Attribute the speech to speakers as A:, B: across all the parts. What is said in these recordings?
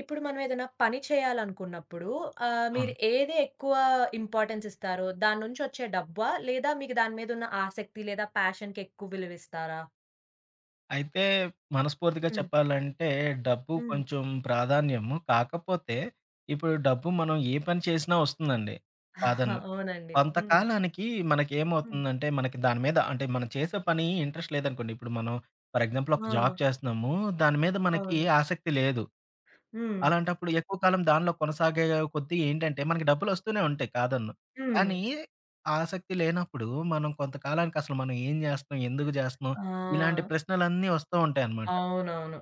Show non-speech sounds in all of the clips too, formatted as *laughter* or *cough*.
A: ఇప్పుడు మనం ఏదైనా పని చేయాలనుకున్నప్పుడు మీరు
B: అవును.
A: ఏది ఎక్కువ ఇంపార్టెన్స్ ఇస్తారో? దాని నుంచి వచ్చే డబ్బా? లేదా మీకు దాని మీద ఉన్న ఆసక్తి లేదా ప్యాషన్‌కి ఎక్కువ విలువిస్తారా?
B: అయితే మనస్ఫూర్తిగా
A: హ్మ్.
B: చెప్పాలంటే డబ్బు
A: హ్మ్.
B: కొంచెం ప్రాధాన్యము. కాకపోతే ఇప్పుడు డబ్బు మనం ఏ పని చేసినా వస్తుందండి.
A: *laughs*
B: ప్రాధాన్యం.
A: అవునండి. హ్మ్.
B: కొంతకాలానికి
A: హ్మ్.
B: మనకేమవుతుందంటే మనకి దాని మీద అంటే మనం చేసే పని ఇంట్రెస్ట్ లేదనుకోండి. ఇప్పుడు మనం ఫర్ ఎగ్జాంపుల్ ఒక
A: ఆ!
B: జాబ్ చేస్తున్నాము. దాని మీద మనకి
A: అవును.
B: ఆసక్తి లేదు.
A: హ్మ్.
B: అలాంటప్పుడు ఎక్కువ కాలం దానిలో కొనసాగే కొద్దీ ఏంటంటే, మనకి డబ్బులొస్తూనే ఉంటాయి కాదనను.
A: హ్మ్.
B: కానీ, ఆసక్తి లేనప్పుడు మనం కొంతకాలానికి అసలు మనం ఏం జేస్తున్నాం? ఎందుకు జేస్తున్నాం? ఇలాంటి
A: ఆ!
B: ప్రశ్నలన్నీ వస్తూ ఉంటాయనమాట.
A: అవునవును.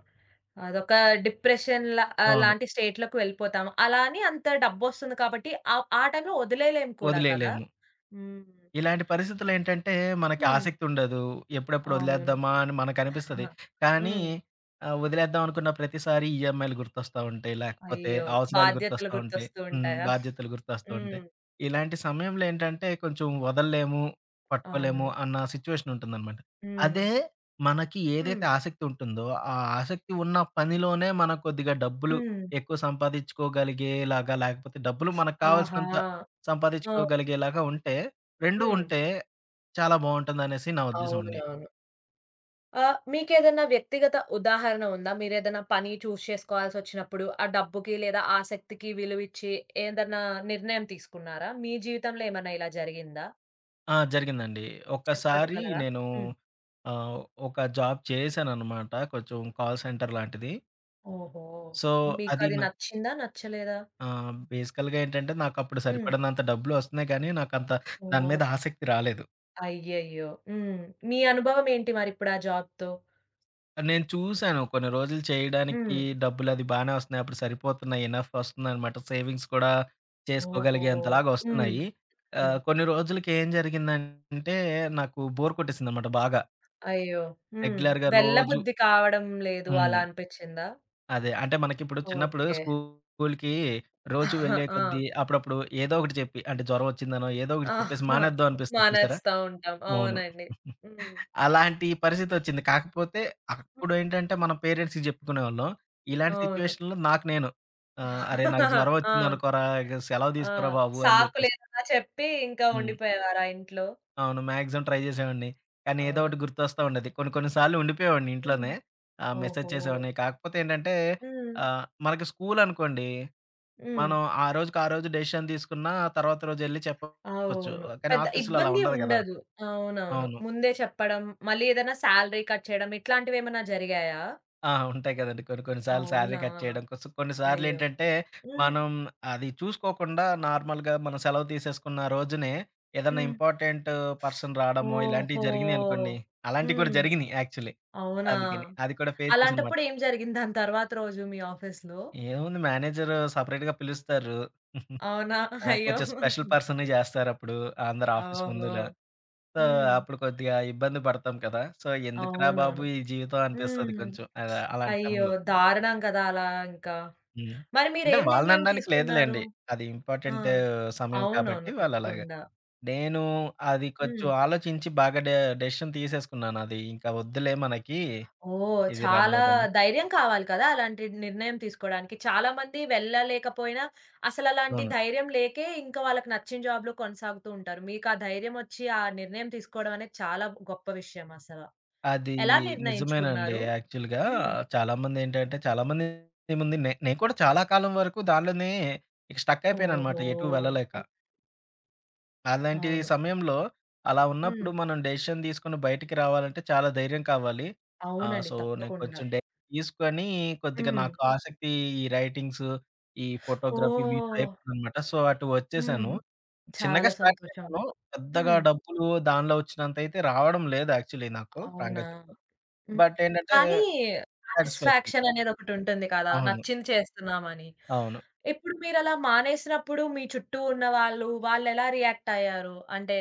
A: అదొక డిప్రెషన్‌లా
B: అవును.
A: లాంటి స్టేట్‌లోకి వెళ్ళిపోతాము. అలా అని అంత డబ్బొస్తుంది కాబట్టి ఆ టైంలో వదిలేయలేము కూడా కదా!
B: వదిలేయలేము.
A: హ్మ్.
B: ఇలాంటి పరిస్థితులేంటంటే, మనకి
A: హ్మ్.
B: ఆసక్తుండదు. ఎప్పుడెప్పుడు
A: అవును.
B: వదిలేద్దామా అని మనకనిపిస్తది.
A: *laughs*
B: కానీ
A: హ్మ్.
B: వదిలేద్దాం అనుకున్న ప్రతిసారి ఈఎంఐలు గుర్తొస్తా ఉంటాయి. లేకపోతే
A: అయ్యో!
B: అవసరాలు
A: బాధ్యతలు
B: గుర్తొస్తా ఉంటాయి.
A: గుర్తొస్తూ
B: హ్మ్.
A: ఉంటాయా?
B: బాధ్యతలు గుర్తొస్తూ
A: హ్మ్.
B: ఉంటాయి. ఇలాంటి సమయంలో ఏంటంటే, కొంచెం వదలలేము, పట్టుకోలేము
A: అవును.
B: అన్న సిచ్యువేషన్ ఉంటుందనమాట.
A: హ్మ్.
B: అదే మనకి
A: హ్మ్.
B: ఏదైతే ఆసక్తి ఉంటుందో, ఆ ఆసక్తి ఉన్న పనిలోనే మనం కొద్దిగా డబ్బులు
A: హ్మ్.
B: ఎక్కువ సంపాదించుకోగలిగేలాగా, లేకపోతే డబ్బులు మనకు కావాల్సినంత
A: ఆహా! ఆ!
B: సంపాదించుకోగలిగేలాగా ఉంటే 2
A: హ్మ్.
B: ఉంటే చాలా బావుంటుందనేసి నా ఉద్దేశం అండి.
A: అవునవును. మీకేదన్నా వ్యక్తిగత ఉదాహరణ ఉందా? మీరేదైనా పని చూజ్ చేసుకోవాల్సొచ్చినప్పుడు, ఆ డబ్బుకి లేదా ఆసక్తికి విలువిచ్చి ఏదన్నా నిర్ణయం తీసుకున్నారా? మీ జీవితంలో ఏమన్నా ఇలా జరిగిందా?
B: ఆ! జరిగిందండి. ఒక్కసారి
A: చెప్పగలరా?
B: నేను
A: హ్మ్.
B: ఆహ్, ఒక జాబ్ చేశాననమాట. కొంచెం కాల్ సెంటర్ లాంటిది.
A: ఓహో!
B: సో, అది
A: మీకది
B: నా
A: నచ్చిందా? నచ్చలేదా?
B: బేసికల్‌గా ఏంటంటే నాకప్పుడు
A: హ్మ్.
B: సరిపడనంత డబ్బులు వస్తున్నాయి కానీ, నాకంత దాని
A: ఓహ్!
B: మీద ఆసక్తి రాలేదు.
A: అయ్యయ్యో! హ్మ్. మీ అనుభవం ఏంటి మరిప్పుడు ఆ జాబ్‌తో?
B: నేను చూసాను కొన్ని రోజులు
A: హ్మ్.
B: చేయడానికి డబ్బులది బానే వస్తున్నాయి. అప్పుడు సరిపోతున్నాయి. ఎనఫ్ వస్తుందనమాట. సేవింగ్స్ కూడా
A: ఓహో!
B: చేసుకోగలిగేంతలాగా
A: హ్మ్.
B: వస్తున్నాయి.
A: హ్మ్.
B: కొన్ని రోజులకి ఏం జరిగిందంటే నాకు బోర్ కొట్టేసిందనమాట బాగా.
A: అయ్యో! హ్మ్.
B: రెగ్యులర్‌గా రోజు
A: వెళ్ళబుద్ధి కావడం లేదు అలా
B: హ్మ్.
A: అనిపిచ్చిందా?
B: అదే. అంటే మనకిప్పుడు చిన్నప్పుడు
A: ఓకే.
B: స్కూలుకి రోజు వెళ్ళే
A: ఆ!
B: కొద్దీ అప్పుడప్పుడు ఏదో ఒకటి చెప్పి అంటే జ్వరం వచ్చిందనో ఏదో ఒకటి చెప్పేసి
A: ఆహా!
B: మానేద్దాం అనిపిస్తుంది చూసారా?
A: మానేస్తా ఉంటాం.
B: అవును.
A: అవునండి. హ్మ్.
B: అలాంటి పరిస్థితొచ్చింది. కాకపోతే
A: హ్మ్.
B: అప్పుడేంటంటే మన పేరెంట్స్‌కి చెప్పుకునేవాళ్ళం. ఇలాంటి
A: అవును.
B: సిట్యుయేషన్‌లో నాకు నేను "అరే! నాకు జ్వరం
A: ఆ!
B: వచ్చిందనుకోరా! ఇక సెలవు
A: ఆ!
B: తీసుకోరా బాబు" అని చెప్పేసి.
A: సాకులేదన్నా చెప్పి ఇంకా
B: హ్మ్.
A: ఉండిపోయేవారా ఇంట్లో?
B: అవును. మాక్సిమం ట్రై జేసేవాడిని. కానీ ఏదో
A: అవునా?
B: ఒకటి గుర్తొస్తా ఉండేది. కొన్ని కొన్ని సార్లు ఉండిపోయేవాడిని
A: హ్మ్.
B: ఇంట్లోనే. మెసేజ్
A: ఓహో!
B: చేసేవాడిని. కాకపోతే ఏంటంటే
A: హ్మ్.
B: మనకి స్కూల్ అనుకోండి.
A: హ్మ్.
B: మనం ఆ రోజుకి ఆ రోజు డెసిషన్ తీసుకున్నా తర్వాత రోజు ఎళ్లి చెప్పొచ్చు.
A: అవును.
B: కానీ
A: పెద్ద
B: ఆఫీస్‌లో అలా
A: ఇబ్బంది
B: ఉండదు గదా!
A: ఉండదు. అవునవును.
B: అవును.
A: ముందే చెప్పడం, మళ్ళీ ఏదైనా సాలరీ కట్ చేయడం ఇట్లాంటివేమన్నా జరిగాయా?
B: ఆ! ఉంటాయి కదండీ. కొన్ని కొన్ని సార్లు సాలరీ
A: అవునా!
B: కట్ చేయడం కోసం కొన్ని సార్లు
A: అయ్యో!
B: ఏంటంటే
A: హ్మ్.
B: మనం అది చూసుకోకుండా నార్మల్‌గా మనం సెలవు తీసేసుకున్న రోజునే ఏదన్నా
A: హ్మ్.
B: ఇంపార్టెంట్ పర్సన్ రావడమో ఇలాంటివి
A: ఓహో!
B: జరిగినాయనుకోండి. అలాంటివి కూడా
A: హ్మ్.
B: జరిగినాయి యాక్చువల్లీ.
A: అవునా!
B: అందుకని. అది కూడా ఫేస్ చేశానమాట.
A: అలాంటప్పుడు ఏం జరిగింది దాని తర్వాత రోజు మీ ఆఫీస్‌లో?
B: ఏముంది మేనేజరు సెపరేట్‌గా పిలుస్తారు.
A: అవునా!
B: ఆ!
A: *laughs* అయ్యో!
B: కొంచెం స్పెషల్ పర్సనే చేస్తారప్పుడు. అందరు ఆఫీస్
A: ఓహో!
B: ముందులా. సో,
A: హ్మ్.
B: అప్పుడు కొద్దిగా ఇబ్బంది పడతాం కదా! సో, ఎందుకురా బాబు
A: అవునవును.
B: ఈ జీవితం అనిపిస్తది
A: హ్మ్.
B: కొంచెం. అలా అలాంటి
A: అయ్యో!
B: టైంలో.
A: దారుణం కదా! అలా ఇంకా.
B: హ్మ్.
A: మరి
B: అంటే
A: మీరేం నిర్ణయం
B: వాళ్ళననడానికి
A: తీసుకున్నారు?
B: లేదులెండి. అది
A: ఆ!
B: ఇంపార్టెంట్ సమయం కాబట్టి
A: అవునవును.
B: వాళ్ళలాగా.
A: తప్పకుండా.
B: నేను అది
A: హ్మ్.
B: కొంచెం ఆలోచించి బాగా డెసిషన్ తీసేసుకున్నాను. అది ఇంకా వద్దులే మనకి.
A: ఓహ్!
B: ఇది రన్
A: చాలా
B: అవ్వదని.
A: ధైర్యం కావాలి కదా! అలాంటి నిర్ణయం తీసుకోవడానికి. చాలామంది వెళ్ళలేకపోయినా అసలలాంటి
B: అవును.
A: ధైర్యం లేకే ఇంకా వాళ్ళకి నచ్చిన జాబ్‌లో కొనసాగుతూ ఉంటారు. మీకు ఆ ధైర్యం వచ్చి ఆ నిర్ణయం తీసుకోవడం అనేది చాలా గొప్ప విషయం అసల.
B: అది
A: ఎలా
B: నిజమేనండి.
A: నిర్ణయించుకున్నారు?
B: యాక్చువల్‌గా
A: హ్మ్.
B: చాలామందేంటంటే చాలామంది ఏముంది నేను కూడా చాలా కాలం వరకు దానిలోనే ఇక స్టక్ అయిపోయాననమాట
A: ఓహో!
B: ఎటూ వెళ్ళలేక.
A: హ్మ్.
B: అలాంటి
A: అవును.
B: సమయంలో అలా
A: హ్మ్.
B: ఉన్నప్పుడు మనం డెసిషన్ తీసుకొని బయటికి రావాలంటే చాలా ధైర్యం కావాలి.
A: అవునండి.
B: సో, నేను
A: తప్పకుండా.
B: కొంచెం డెసిషన్ తీసుకొని కొద్దిగా
A: హ్మ్.
B: నాకు ఆసక్తి ఈ రైటింగ్స్, ఈ ఫోటోగ్రఫీ వీటి
A: ఓహ్!
B: వైపు ఉందనమాట. సో, అటు
A: హ్మ్.
B: వచ్చేసాను.
A: చాలా
B: చిన్నగా స్టార్ట్
A: సంతోషం.
B: చేశాను. పెద్దగా
A: హ్మ్.
B: డబ్బులు దానిలో వచ్చినంతయితే రావడం లేదు యాక్చువల్లీ నాకు
A: అవునా?
B: ఫ్రాంక్‌గా చెప్
A: హ్మ్.
B: బట్ ఏంటంటే
A: కానీ
B: సాటిస్‌ఫాక్షన్.
A: సాటిస్ఫాక్షన్ అనేదొకటుంటుంది కదా!
B: అవును.
A: నచ్చింది చేస్తున్నామని.
B: అవును.
A: ఇప్పుడు మీరలా మానేసినప్పుడు మీ చుట్టూ ఉన్న వాళ్ళు, వాళ్ళెలా రియాక్ట్ అయ్యారు? అంటే,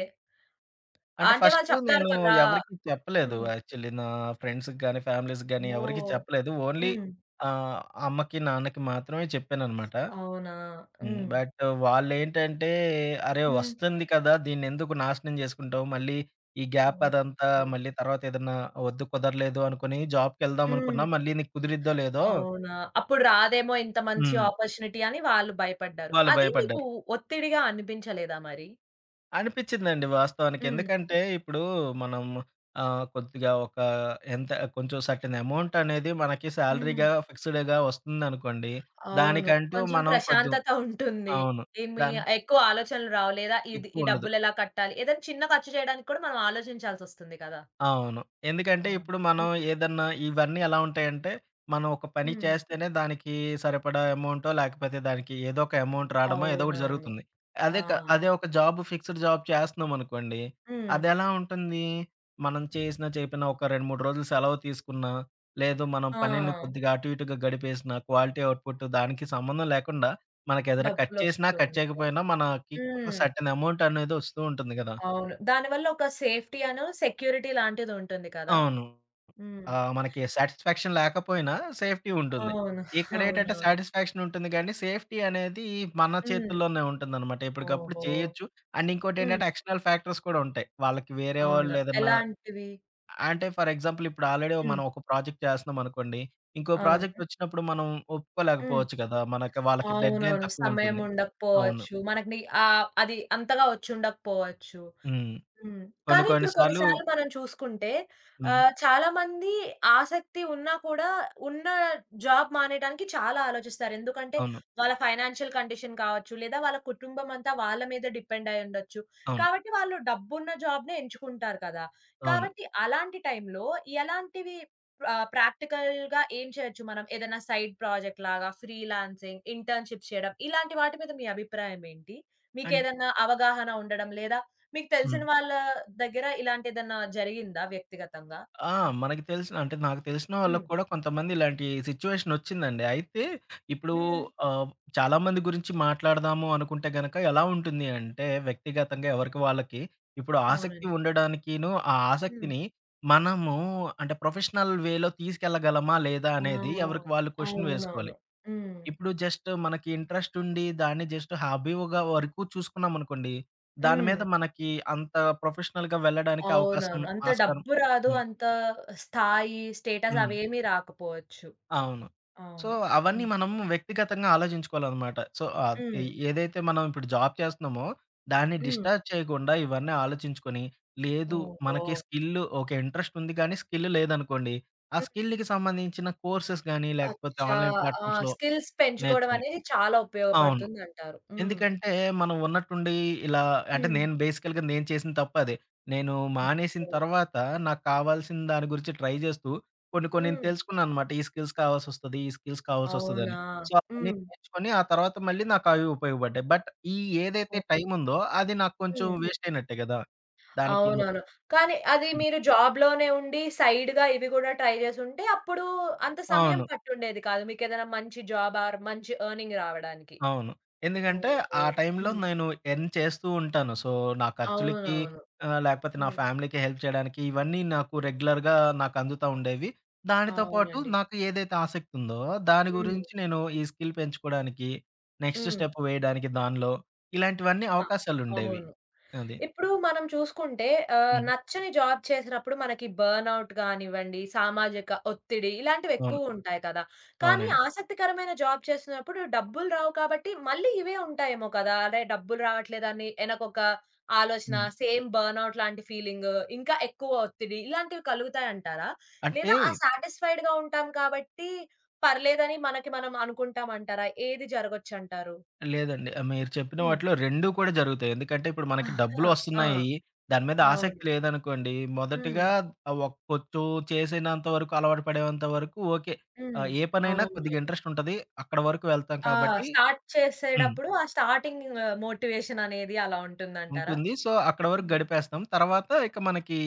B: అంటే
A: అంటే వాళ్ళు
B: ఫస్టు
A: చెప్తారు
B: నేను
A: కదా!
B: ఎవరికీ చెప్పలేదు
A: హ్మ్.
B: యాక్చువల్లీ. నా ఫ్రెండ్స్‌కి గాని, ఫ్యామిలీస్‌కి గాని ఎవరికీ
A: ఓహ్!
B: చెప్పలేదు. ఓన్లీ
A: హ్మ్.
B: ఆహ్, అమ్మకి, నాన్నకి మాత్రమే చెప్పాననమాట.
A: అవునా?
B: హ్మ్.
A: హ్మ్.
B: బట్ వాళ్ళేంటంటే, "అరే!
A: హ్మ్.
B: వస్తుంది కదా! దీన్నెందుకు నాశనం చేసుకుంటావు? మళ్ళీ ఈ గ్యాప్ అదంతా
A: ఓహో!
B: మళ్ళీ తర్వాత ఏదన్నా వద్దు కుదరలేదు అనుకోని
A: హ్మ్.
B: జాబ్‌కెళ్దామనుకున్నా మళ్ళీ నీకు కుదిరిద్దో లేదో".
A: అవునా? అప్పుడు రాదేమో ఇంత మంచి
B: హ్మ్.
A: ఆపర్చునిటీ అని వాళ్ళు భయపడ్డారు.
B: వాళ్ళు
A: అది మీకు
B: భయపడ్డారు.
A: ఒత్తిడిగా అనిపించలేదా మరి?
B: అనిపించిందండి వాస్తవానికి.
A: హ్మ్.
B: ఎందుకంటే ఇప్పుడు మనం కొద్దిగా ఒక ఎంత కొంచెం సర్టెన్ అమౌంట్ అనేది మనకి
A: హ్మ్.
B: సాలరీగా ఫిక్స్‌డ్‌గా వస్తుందనుకోండి.
A: అవును.
B: దానికంటూ
A: కొంచెం
B: మనం కొద్దిం
A: ప్రశాంతత ఉంటుంది.
B: అవును.
A: ఏమి
B: దానికి
A: ఎక్కువ ఆలోచనలు రావు. లేదా ఇది ఈ
B: ఎక్కువుండదు.
A: డబ్బులెలా కట్టాలి? ఏదైనా చిన్న ఖర్చు చేయడానికి కూడా మనం ఆలోచించాల్సొస్తుంది కదా!
B: అవును. ఎందుకంటే
A: అవును.
B: ఇప్పుడు మనం ఏదన్నా ఇవన్నీ ఎలా ఉంటాయంటే, మనం ఒక పని
A: హ్మ్.
B: చేస్తేనే దానికి సరిపడా అమౌంటో, లేకపోతే దానికి ఏదో ఒక అమౌంట్ రాడమో ఏదో ఒకటి
A: అవునవును.
B: జరుగుతుంది.
A: ఆ!
B: అదే ఒక జాబ్ ఫిక్స్‌డ్ జాబ్ చేస్తున్నామనుకోండి.
A: హ్మ్.
B: అదెలా ఉంటుంది? మనం చేసినా చేయకపోయినా ఒక 2, 3 రోజులు సెలవు తీసుకున్నా, లేదు మనం
A: ఆ!
B: పనిని కొద్దిగా అటు ఇటుగా గడిపేసినా, క్వాలిటీ అవుట్‌పుట్ దానికి సంబంధం లేకుండా మనకేదైనా కట్ చేసినా,
A: డబ్బులొస్తూ
B: కట్
A: ఉంటాయి.
B: చేయకపోయినా మనకి ఒక
A: హ్మ్.
B: సర్టెన్ అమౌంట్ అనేది వస్తూ ఉంటుంది గదా!
A: అవును. దానివల్ల ఒక సేఫ్టీ అను, సెక్యూరిటీ లాంటిదుంటుంది కదా!
B: అవును.
A: హ్మ్.
B: ఆ! మనకి సాటిస్ఫాక్షన్ లేకపోయినా సేఫ్టీ ఉంటుంది.
A: అవును.
B: ఇక్కడేంటంటే
A: అవునవును.
B: సాటిస్ఫాక్షన్ ఉంటుంది గానీ, సేఫ్టీ అనేది మన
A: హ్మ్.
B: చేతుల్లోనే ఉంటుందనమాట. ఎప్పటికప్పుడు
A: ఓహో!
B: చేయొచ్చు. అండ్
A: హ్మ్.
B: ఇంకోటేంటంటే ఎక్స్టర్నల్ ఫ్యాక్టర్స్ కూడా ఉంటాయి. వాళ్ళకి వేరే
A: అవునా?
B: వాళ్ళేదన్నా
A: ఎలాంటివి?
B: అంటే ఫర్ ఎగ్జాంపుల్ ఇప్పుడు ఆల్రెడీ
A: హ్మ్.
B: మనం ఒక ప్రాజెక్ట్ చేస్తన్నామనుకోండి. ఇంకో
A: అవును.
B: ప్రాజెక్ట్ వచ్చినప్పుడు మనం
A: హ్మ్.
B: ఒప్పుకోలేకపోవచ్చు కదా! మనకి వాళ్ళకి డెడ్‌లైన్
A: అవునవును. సమయం
B: తక్కువుంటుంది. అవును.
A: ఉండకపోవచ్చు. మనకి అది అంతగా వచ్చుండకపోవచ్చు.
B: హ్మ్.
A: హ్మ్.
B: కొన్ని
A: కానీ
B: కొన్ని
A: ఇప్పుడు
B: సార్లు
A: కొన్నిసార్లు మనం చూసుకుంటే
B: హ్మ్.
A: చాలామంది ఆసక్తి ఉన్నా కూడా ఉన్న జాబ్ మానేయడానికి చాలా ఆలోచిస్తారు. ఎందుకంటే
B: అవును.
A: వాళ్ళ ఫైనాన్షియల్ కండిషన్ కావచ్చు, లేదా వాళ్ళ కుటుంబం అంతా వాళ్ళ మీద డిపెండ్ అయి ఉండొచ్చు.
B: అవును.
A: కాబట్టి వాళ్ళు డబ్బున్న జాబ్‌నే ఎంచుకుంటారు కదా!
B: అవును.
A: కాబట్టి అలాంటి టైంలో ఎలాంటివి ప్రాక్టికల్‌గా ఏం చేయొచ్చు మనం? ఏదైనా సైడ్ ప్రాజెక్ట్ లాగా, ఫ్రీలాన్సింగ్, ఇంటర్న్‌షిప్స్ చేయడం ఇలాంటి వాటి మీద మీ అభిప్రాయం ఏంటి?
B: అండ్
A: మీకేదన్నా అవగాహన ఉండడం లేదా మీకు తెలిసిన
B: హ్మ్.
A: వాళ్ళ దగ్గర ఇలాంటిదేదన్నా జరిగిందా వ్యక్తిగతంగా?
B: ఆ! మనకి తెలిసిన అంటే నాకు తెలిసిన
A: హ్మ్.
B: వాళ్ళకి కూడా కొంతమంది ఇలాంటి సిట్యుయేషన్ వచ్చిందండి. అయితే ఇప్పుడు
A: హ్మ్.
B: ఆహ్, చాలా మంది గురించి మాట్లాడదాము అనుకుంటే గనక ఎలా ఉంటుంది అంటే వ్యక్తిగతంగా ఎవరికి వాళ్ళకి ఇప్పుడు ఆసక్తి
A: అవునండి.
B: ఉండడానికిను, ఆ
A: హ్మ్.
B: ఆసక్తిని మనము అంటే ప్రొఫెషనల్ వేలో తీసుకెళ్ళగలమా లేదా
A: ఆ!
B: అనేది ఎవరికి వాళ్ళు క్వెషన్ వేసుకోవాలి.
A: అవునవును. హ్మ్.
B: ఇప్పుడు జస్ట్ మనకి ఇంట్రెస్ట్ ఉండి దాన్ని జస్ట్ హాబీగా వరకు చూసుకున్నాం అనుకోండి. దాని
A: హ్మ్.
B: మీద మనకి అంత ప్రొఫెషనల్‌గా వెళ్ళడానికి అవకాశం
A: అవునవును. అంత
B: ఆస్కారం
A: డబ్బు రాదు.
B: హ్మ్.
A: అంత స్థాయి, స్టేటస్
B: హ్మ్.
A: అవేమీ రాకపోవచ్చు.
B: అవును. సో,
A: అవును.
B: అవన్నీ
A: హ్మ్.
B: మనం వ్యక్తిగతంగా ఆలోచించుకోవాలనమాట. సో, ఏ
A: హ్మ్.
B: ఏదైతే మనం ఇప్పుడు జాబ్ చేస్తున్నామో, దాన్ని
A: హ్మ్.
B: డిస్టర్బ్ చేయకుండా ఇవన్నీ ఆలోచించుకొని, లేదు
A: ఓహో!
B: మనకి స్కిల్ ఓకే. ఇంట్రెస్ట్ ఉంది కానీ స్కిల్ లేదనుకోండి. ఆ
A: హ్మ్.
B: స్కిల్‌కి సంబంధించిన కోర్సెస్ గాని, లేకపోతే
A: అచ్చా!
B: ఆన్‌లైన్
A: ఆ!
B: ప్లాట్‌ఫామ్స్‌లో
A: స్కిల్స్ పెంచుకోవడం
B: నేర్చుకుని
A: అనేది చాలా
B: అవును.
A: ఉపయోగపడుతుందంటారు. హ్మ్.
B: ఎందుకంటే, మనం ఉన్నట్టుండి ఇలా అంటే,
A: హ్మ్.
B: నేను బేసికల్‌గా నేను చేసిన తప్పదే. నేను మానేసిన
A: ఓహో!
B: తర్వాత, నాకు కావాల్సిన దాని గురించి ట్రై చేస్తూ, కొన్ని కొన్ని
A: హ్మ్.
B: తెలుసుకున్నాననమాట. ఈ స్కిల్స్ కావాల్సొస్తది, ఈ స్కిల్స్
A: అవునా!
B: కావాల్సొస్తదని. సో, అవన్నీ
A: హ్మ్.
B: నేర్చుకొని, ఆ తర్వాత మళ్ళీ నాకవి ఉపయోగపడ్డాయి. బట్, ఈ ఏదైతే
A: ఓహ్!
B: టైముందో, అది నాకు కొంచెం
A: హ్మ్.
B: వేస్టయినట్టే గదా! దానికి నాకు
A: అవునవును. కానీ అది
B: హ్మ్.
A: మీరు జాబ్‌లోనే ఉండి సైడ్‌గా ఇవి గూడా ట్రై జేసుంటే అప్పుడు అంత సమయం
B: అవును.
A: పట్టుండేది కాదు. మీకేదైనా మంచి జాబ్ ఆర్ మంచి ఎర్నింగ్ రావడానికి.
B: అవును. ఎందుకంటే,
A: ఓహో!
B: ఆ టైంలో
A: హ్మ్.
B: నేను ఎర్న్ చేస్తూ ఉంటాను. సో, నా ఖర్చులకి
A: అవునవును.
B: లేకపోతే నా
A: హ్మ్.
B: ఫ్యామిలీకి హెల్ప్ చేయడానికి ఇవన్నీ నాకు రెగ్యులర్‌గా నాకు అందుతా ఉండేవి. దానితో పాటు
A: అవునండి.
B: నాకు ఏదైతే ఆసక్తి ఉందో, దాని
A: హ్మ్.
B: గురించి నేను ఈ స్కిల్ పెంచుకోడానికి, నెక్స్ట్
A: హ్మ్.
B: స్టెప్ వేయడానికి దానిలో ఇలాంటివన్నీ
A: ఆ!
B: అవకాశాలుండేవి.
A: అవును.
B: అది.
A: ఇప్పుడు మనం చూసుకుంటే
B: హ్మ్.
A: నచ్చని జాబ్ చేసినప్పుడు మనకి బర్న్‌ఔట్ గానివ్వండి, సామాజిక ఒత్తిడి
B: అవును.
A: ఇలాంటివెక్కువుంటాయి కదా! కానీ
B: అవునండి.
A: ఆసక్తికరమైన జాబ్ చేస్తున్నప్పుడు డబ్బులు రావు కాబట్టి మళ్ళీ ఇవే ఉంటాయేమో కదా! అరే! డబ్బులు రావట్లేదని ఎనకొక ఆలోచన,
B: హ్మ్.
A: సేమ్ బర్న్‌ఔట్ లాంటి ఫీలింగు, ఇంకా ఎక్కువ ఒత్తిడి ఇలాంటివి కలుగుతాయంటారా?
B: అంటే
A: లేదా ఆ సాటిస్ఫైడ్‌గా ఉంటాం కాబట్టి పర్లేదని మనకి మనం అనుకుంటామంటారా? ఏది జరగొచ్చంటారు?
B: లేదండి. మీరు చెప్పిన
A: హ్మ్.
B: వాటిలో 2 కూడా జరుగుతాయి. ఎందుకంటే ఇప్పుడు మనకి
A: ఆ!
B: డబ్బులు వస్తున్నాయి. దాని మీద ఆసక్తి
A: అవును.
B: లేదనుకోండి.
A: హ్మ్.
B: మొదటిగా కొంచెం చేసినంత వరకు అలవాటు పడేంత వరకు ఓకే.
A: హ్మ్.
B: ఏ పనైనా కొద్దిగా
A: అవునవును.
B: ఇంట్రెస్ట్ ఉంటది. అక్కడ వరకు వెళ్తాం
A: ఆ!
B: కాబట్టి
A: స్టార్ట్
B: హ్మ్.
A: చేసేటప్పుడు ఆ స్టార్టింగ్ మోటివేషన్ అనేది అలా ఉంటుందంటారా?
B: ఉంటుంది. సో, అక్కడ వరకు
A: హ్మ్.
B: గడిపేస్తాం. తర్వాత ఇక మనకి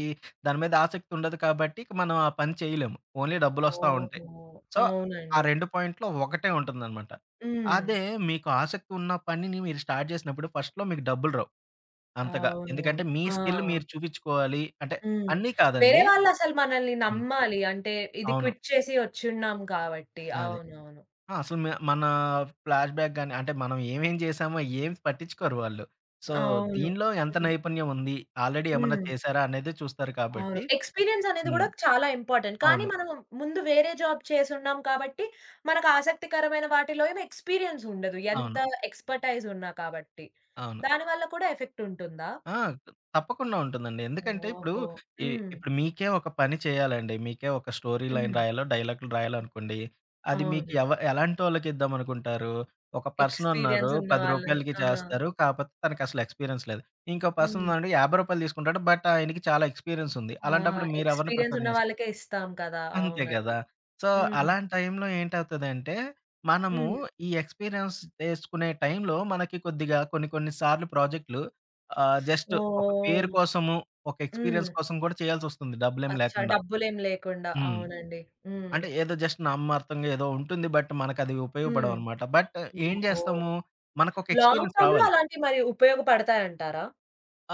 B: దాని మీద ఆసక్తి ఉండదు కాబట్టి ఇక మనం ఆ పని చేయలేము. ఓన్లీ డబ్బులొస్తా ఉంటాయి.
A: ఓహో!
B: సో, ఆ
A: అవునండి.
B: 2 పాయింట్‌లో ఒకటే ఉంటుందనమాట.
A: హ్మ్.
B: అదే మీకు ఆసక్తి ఉన్న పనిని మీరు స్టార్ట్ చేసినప్పుడు ఫస్ట్‌లో మీకు డబ్బులు రావు. అంతగా. ఎందుకంటే
A: అవునవును.
B: మీ
A: ఆ!
B: స్కిల్ మీరు చూపించుకోవాలి. అంటే
A: హ్మ్.
B: అన్నీ
A: వేరే
B: కాదండి.
A: వాళ్ళసలు మనల్ని
B: హ్మ్.
A: నమ్మాలి. అంటే ఇది
B: అవును.
A: క్విట్ చేసి వచ్చున్నాం కాబట్టి.
B: అదే.
A: అవునవును.
B: ఆ! అసలు మన ఫ్లాష్‌బ్యాక్ గాని అంటే మనం ఏమేం చేశామో ఏం పట్టించుకోరు వాళ్ళు. సో,
A: అవును.
B: దీనిలో ఎంత
A: హ్మ్.
B: నైపుణ్యం ఉంది? ఆల్రెడీ ఏమన్నా
A: హ్మ్.
B: చేశారా? అనేది చూస్తారు
A: అవును.
B: కాబట్టి
A: ఎక్స్‌పీరియన్స్ అనేది
B: హ్మ్.
A: గూడా చాలా ఇంపార్టెంట్. కానీ
B: అవును.
A: మనం ముందు వేరే జాబ్ చేసున్నాం కాబట్టి, మనకు ఆసక్తికరమైన వాటిలో ఏమి ఎక్స్‌పీరియన్స్ ఉండదు. ఎంత
B: అవును.
A: ఎక్స్‌పర్‌టైజ్ ఉన్నా కాబట్టి.
B: అవును.
A: దానివల్ల కూడా ఎఫెక్ట్ ఉంటుందా?
B: ఆ! తప్పకుండా ఉంటుందండి. ఎందుకంటే ఇప్పుడు
A: ఓహో!
B: ఇ
A: హ్మ్.
B: ఇప్పుడు మీకే ఒక పని చేయాలండి. మీకే ఒక స్టోరీ లైన్
A: హ్మ్.
B: రాయాలో, డైలాగులు రాయాలనుకోండి. అది మీకు
A: అవును.
B: ఎలాంటోళ్ళకి ఇద్దామనుకుంటారు? ఒక పర్సన్ ఉన్నారు.
A: ఎక్స్‌పీరియన్స్ ఉన్న
B: రూ.
A: వాళ్ళని.
B: 10కి
A: ఆ!
B: చేస్తారు. కాపోతే తనకసలు ఎక్స్‌పీరియన్స్ లేదు. ఇంకో పర్సన్
A: హ్మ్.
B: ఉన్నాడు రూ. 50 తీసుకుంటాడు. బట్ ఆయనకి చాలా ఎక్స్‌పీరియన్స్ ఉంది.
A: ఆ!
B: అలాంటప్పుడు మీరెవరిని
A: ఎక్స్‌పీరియన్స్
B: ప్రిఫర్
A: ఉన్న
B: చేస్తారు?
A: వాళ్ళకే ఇస్తాం కదా!
B: అంతే
A: అవునండి.
B: గదా! సో,
A: హ్మ్.
B: అలాంటి టైంలో ఏంటవుతదంటే, మనము
A: హ్మ్.
B: ఈ ఎక్స్‌పీరియన్స్ చేసుకునే టైంలో మనకి కొద్దిగా కొన్ని కొన్ని సార్లు ప్రాజెక్టులు జస్ట్ ఒక పేరు
A: ఓహ్!
B: కోసము, ఒక
A: హ్మ్.
B: ఎక్స్‌పీరియన్స్ కోసం గూడా చేయాల్సొస్తుంది డబ్బులేం
A: అచ్చా!
B: లేకుండా.
A: డబ్బులేం లేకుండా.
B: హ్మ్.
A: అవునండి. హ్మ్.
B: అంటే ఏదో జస్ట్ నామమాత్రంగా ఏదో ఉంటుంది. బట్ మనకది
A: హ్మ్.
B: ఉపయోగపడవనమాట. బట్ ఏం
A: ఓహో!
B: జేస్తాము? మనకొక
A: లాంగ్
B: ఎక్స్‌పీరియన్స్
A: టర్మ్‌లో
B: రావాలి.
A: అలాంటివి మరి ఉపయోగపడతాయంటారా?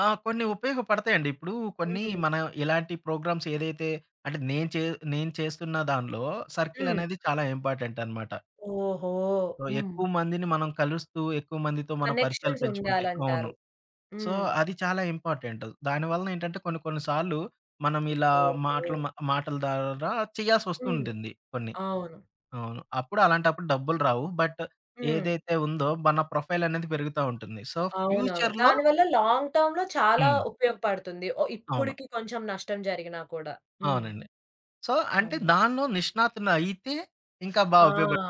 B: ఆ! కొన్ని ఉపయోగపడతాయండి. ఇప్పుడు కొన్ని
A: హ్మ్.
B: మనం ఇలాంటి ప్రోగ్రామ్స్ ఏదైతే అంటే నేను చేస్తున్న దానిలో సర్కిల్
A: హ్మ్.
B: అనేది చాలా ఇంపార్టెంట్ అనమాట.
A: ఓహో!
B: సో,
A: హ్మ్.
B: ఎక్కువ మందిని మనం కలుస్తూ, ఎక్కువ మందితో మన పరిచయాలు
A: కనెక్షన్స్
B: పెంచుకుంటే అవును.
A: ఉండాలంటారు.
B: సో,
A: హ్మ్.
B: అది చాలా ఇంపార్టెంటు. దానివలన ఏంటంటే కొన్ని కొన్ని సార్లు మనం ఇలా
A: ఓహో!
B: మాటల ద్వారా
A: హ్మ్.
B: చేయాల్సొస్తుంటుంది కొన్ని.
A: అవును.
B: అవును. అప్పుడు అలాంటప్పుడు డబ్బులు రావు. బట్
A: హ్మ్.
B: ఏదైతే ఉందో మన ప్రొఫైల్ అనేది పెరుగుతా ఉంటుంది. సో,
A: అవునవును.
B: ఫ్యూచర్‌లో
A: దానివల్ల లాంగ్ టర్మ్‌లో చాలా
B: హ్మ్.
A: ఉపయోగపడుతుంది. ఓ
B: అవును.
A: ఇప్పటికి కొంచెం నష్టం జరిగినా కూడా. హ్మ్.
B: అవునండి. సో, అంటే
A: అవును.
B: దానిలో నిష్ణాతులయితే ఇంకా
A: ఆ!
B: ఉపయోగపడుతుంది.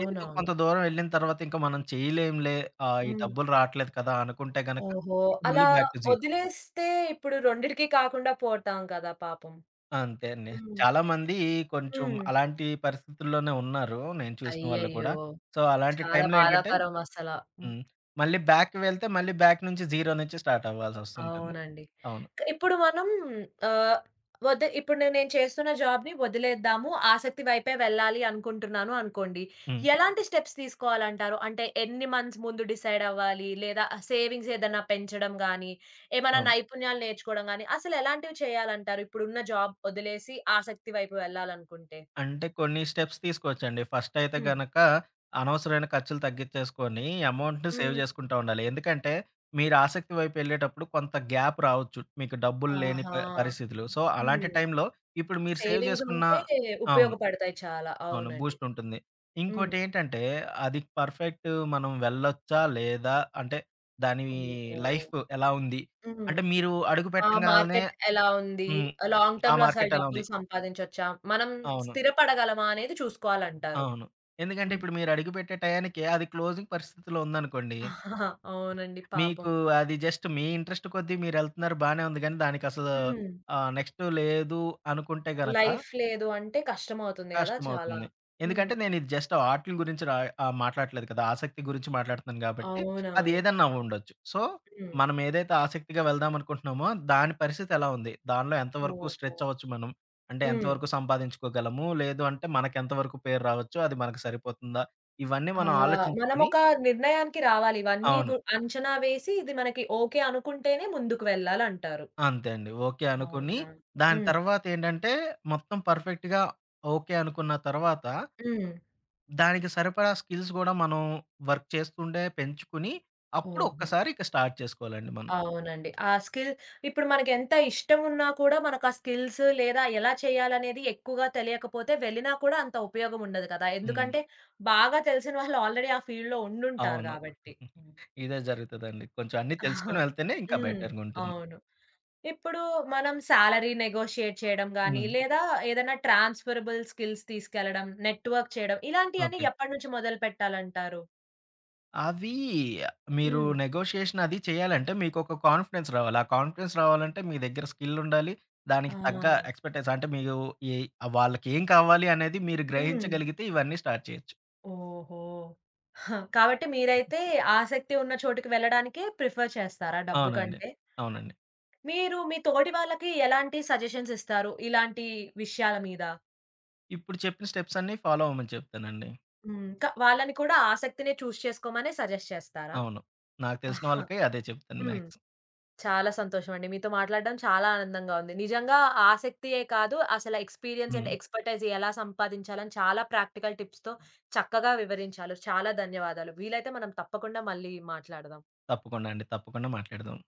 B: లేదు కొంత దూరం వెళ్ళిన తర్వాత ఇంక మనం చేయలేంలే, ఈ
A: హ్మ్.
B: డబ్బులు రాట్లేదు కదా! అనుకుంటే గనక
A: ఓహో!
B: ఇక
A: అలా
B: మళ్ళీ బ్యాక్ టు జీరో.
A: వదిలేస్తే ఇప్పుడు రెండిటికి కాకుండా పోతాం కదా పాపం.
B: అంతే అండి.
A: హ్మ్.
B: చాలామంది కొంచెం
A: హ్మ్.
B: అలాంటి పరిస్థితుల్లోనే ఉన్నారు. నేను చూసిన వాళ్ళు
A: అయ్యయ్యో!
B: కూడా. సో, అలాంటి
A: చాలా
B: టైంలో ఏంటంటే
A: బాధాకరం అసల.
B: హ్మ్. మళ్ళీ బ్యాక్ వెళ్తే మళ్ళీ బ్యాక్ నుంచి జీరో నుంచి స్టార్ట్ అవ్వాల్సొస్తుంటుంది.
A: అవునండి.
B: అవును.
A: ఇప్పుడు మనం ఆహ్, వద ఇప్పుడు నేను చేస్తున్న జాబ్‌ని వదిలేద్దాము, ఆసక్తి వైపే వెళ్ళాలి అనుకుంటున్నాను అనుకోండి.
B: హ్మ్.
A: ఎలాంటి స్టెప్స్ తీసుకోవాలంటారు? అంటే ఎన్ని మంత్స్ ముందు డిసైడ్ అవ్వాలి? లేదా సేవింగ్స్ ఏదన్నా పెంచడం గానీ, ఏమైనా
B: అవును.
A: నైపుణ్యాలు నేర్చుకోవడం గానీ, అసలు ఎలాంటివి చేయాలంటారు? ఇప్పుడున్న జాబ్ వదిలేసి ఆసక్తి వైపు వెళ్ళాలనుకుంటే?
B: అంటే కొన్ని స్టెప్స్ తీసుకోవచ్చండి. ఫస్ట్ అయితే
A: హ్మ్.
B: గనక అనవసరమైన ఖర్చులు తగ్గించేసుకొని అమౌంట్‌ని సేవ్
A: హ్మ్.
B: చేసుకుంటా ఉండాలి. ఎందుకంటే మీరు ఆసక్తి వైపు ఎళ్ళేటప్పుడు కొంత గ్యాప్ రావచ్చు. మీకు డబ్బులు లేని
A: ఆహా!
B: పరిస్థితులు. సో, అలాంటి
A: హ్మ్.
B: టైంలో ఇప్పుడు మీరు సేవ్
A: సేవింగ్స్
B: చేసుకున్న
A: ఉంటే
B: అవును.
A: ఉపయోగపడతాయి చాలా.
B: అవును.
A: అవునండి.
B: బూస్ట్ ఉంటుంది.
A: హ్మ్.
B: ఇంకోటేంటంటే అది పర్ఫెక్ట్ మనం వెళ్ళొచ్చా? లేదా? అంటే దాని
A: ఓహో!
B: లైఫ్ ఎలా ఉంది?
A: హ్మ్.
B: అంటే మీరు అడుగు
A: ఆ
B: పెట్టంగాల్నే
A: మార్కెట్ ఎలా ఉంది?
B: హ్మ్.
A: లాంగ్
B: ఆ
A: టర్మ్‌లో అసలు
B: మార్కెట్ ఎలా
A: డబ్బులు
B: ఉంది?
A: సంపాదించొచ్చా? మనం
B: అవును.
A: స్థిరపడగలమా అనేది చూసుకోవాలంటారు.
B: అవును. ఎందుకంటే
A: హ్మ్.
B: ఇప్పుడు మీరు అడుగుపెట్టే టయానికి అది క్లోజింగ్ పరిస్థితిలో ఉందనుకోండి.
A: *laughs* అవునండి. పాపం.
B: మీకు అది జస్ట్ మీ ఇంట్రెస్ట్ కొద్దీ మీరెళ్తున్నారు బానే ఉంది గానీ దానికసలు
A: హ్మ్.
B: నెక్స్ట్ లేదు అనుకుంటే గనక
A: లైఫ్ లేదు అంటే కష్టమవుతుంది గదా! చాలా.
B: కష్టమవుతుంది.
A: హ్మ్.
B: ఎందుకంటే నేనిది జస్ట్ ఆటిల గురించి మాట్లాడట్లేదు కదా! ఆసక్తి గురించి మాట్లాడుతున్నాను గాబట్టి, అది
A: అవునవును.
B: ఏదన్నా అవ్వుండొచ్చు. సో,
A: హ్మ్.
B: మనం ఏదైతే ఆసక్తిగా వెళ్దామనుకుంటున్నామో, దాని పరిస్థితి ఎలా ఉంది? దానిలో ఎంత వరకు
A: ఓహో!
B: స్ట్రెచ్ అవ్వచ్చు మనం? అంటే ఎంత
A: హ్మ్.
B: వరకు సంపాదించుకోగలము? లేదు అంటే మనకెంత వరకు పేరు రావచ్చు? అది మనకు సరిపోతుందా? ఇవన్నీ
A: ఆ!
B: మనం ఆలోచించుకొని
A: మనమొక నిర్ణయానికి రావాలి. ఇవన్నీ
B: అవును.
A: అంచనా వేసి ఇది మనకి ఓకే అనుకుంటేనే ముందుకు వెళ్ళాలంటారు.
B: అంతే అండి. ఓకే అనుకుని,
A: అవునా?
B: దాని
A: హ్మ్.
B: తర్వాతేంటంటే మొత్తం పర్ఫెక్ట్‌గా ఓకే అనుకున్న తర్వాత
A: హ్మ్.
B: దానికి సరిపడా స్కిల్స్ గూడా మనం వర్క్ చేస్తుండే పెంచుకుని, అప్పుడు
A: ఓహో!
B: ఒక్కసారి ఇక స్టార్ట్ చేసుకోవాలండి మనం.
A: అవునండి. ఆ స్కిల్ ఇప్పుడు మనకెంత ఇష్టమున్నా కూడా మనకా స్కిల్స్ లేదా ఎలా చేయాలనేది ఎక్కువగా తెలియకపోతే వెళ్ళినా కూడా అంత ఉపయోగం ఉండదు కదా!
B: హ్మ్.
A: ఎందుకంటే బాగా తెలిసిన వాళ్ళు ఆల్రెడీ ఆ ఫీల్డ్‌లో ఉండుంటారు
B: అవును.
A: గాబట్టి. హ్మ్.
B: ఇదే జరుగుతదండి. కొంచెం అన్నీ తెలుసుకొని
A: *laughs*
B: వెళ్తేనే ఇంకా
A: హ్మ్.
B: బెటర్‌గుంటుంది.
A: అవును. ఇప్పుడు మనం సాలరీ నెగోషియేట్ చేయడం గాని,
B: హ్మ్.
A: లేదా ఏదైనా ట్రాన్స్‌ఫరబుల్ స్కిల్స్ తీసుకెళ్లడం, నెట్‌వర్క్ చేయడం ఇలాంటియన్నీ
B: ఓకే.
A: ఎప్పటి నుంచి మొదలుపెట్టాలంటారు?
B: అవి మీరు
A: హ్మ్.
B: నెగోషియేషన్ అది చేయాలంటే మీకొక కాన్ఫిడెన్స్ రావాలి. ఆ కాన్ఫిడెన్స్ రావాలంటే మీ దగ్గర స్కిల్ ఉండాలి.
A: ఆ!
B: దానికి తగ్గ ఎక్స్‌పెక్టేషన్ అంటే మీరు ఏ వాళ్ళకేం కావాలి అనేది మీరు
A: హ్మ్.
B: గ్రహించగలిగితే ఇవన్నీ స్టార్ట్ చేయొచ్చు.
A: ఓహో! ఆ! కాబట్టి మీరైతే ఆసక్తి ఉన్న చోటికి వెళ్ళడానికే ప్రిఫర్ చేస్తారా డబ్బు
B: అవునండి.
A: కంటే?
B: అవునండి.
A: మీరు మీ తోటి వాళ్ళకి ఎలాంటి సజెషన్స్ ఇస్తారు ఇలాంటి విషయాల మీద?
B: ఇప్పుడు చెప్పిన స్టెప్స్ అన్నీ ఫాలో అవ్వమని చెప్తానండి.
A: హ్మ్. వాళ్ళని కూడా ఆసక్తినే చేసుకోమనే సజెస్ట్ చేస్తారా?
B: అవును. నాకు తెలిసిన
A: ఆహా!
B: వాళ్ళకి అదే చెప్తాను
A: హ్మ్.
B: మ్యాక్స్.
A: చాలా సంతోషమండి. మీతో మాట్లాడడం చాలా ఆనందంగా ఉంది. నిజంగా ఆసక్తియే కాదు అసల ఎక్స్‌పీరియన్స్ అండ్
B: హ్మ్.
A: ఎక్స్‌పర్‌టైజ్ ఎలా సంపాదించాలని చాలా ప్రాక్టికల్ టిప్స్‌తో చక్కగా వివరించారు. చాలా ధన్యవాదాలు. వీలైతే మనం తప్పకుండా మళ్ళీ మాట్లాడదాం.
B: తప్పకుండా అండి. తప్పకుండా మాట్లాడదాం.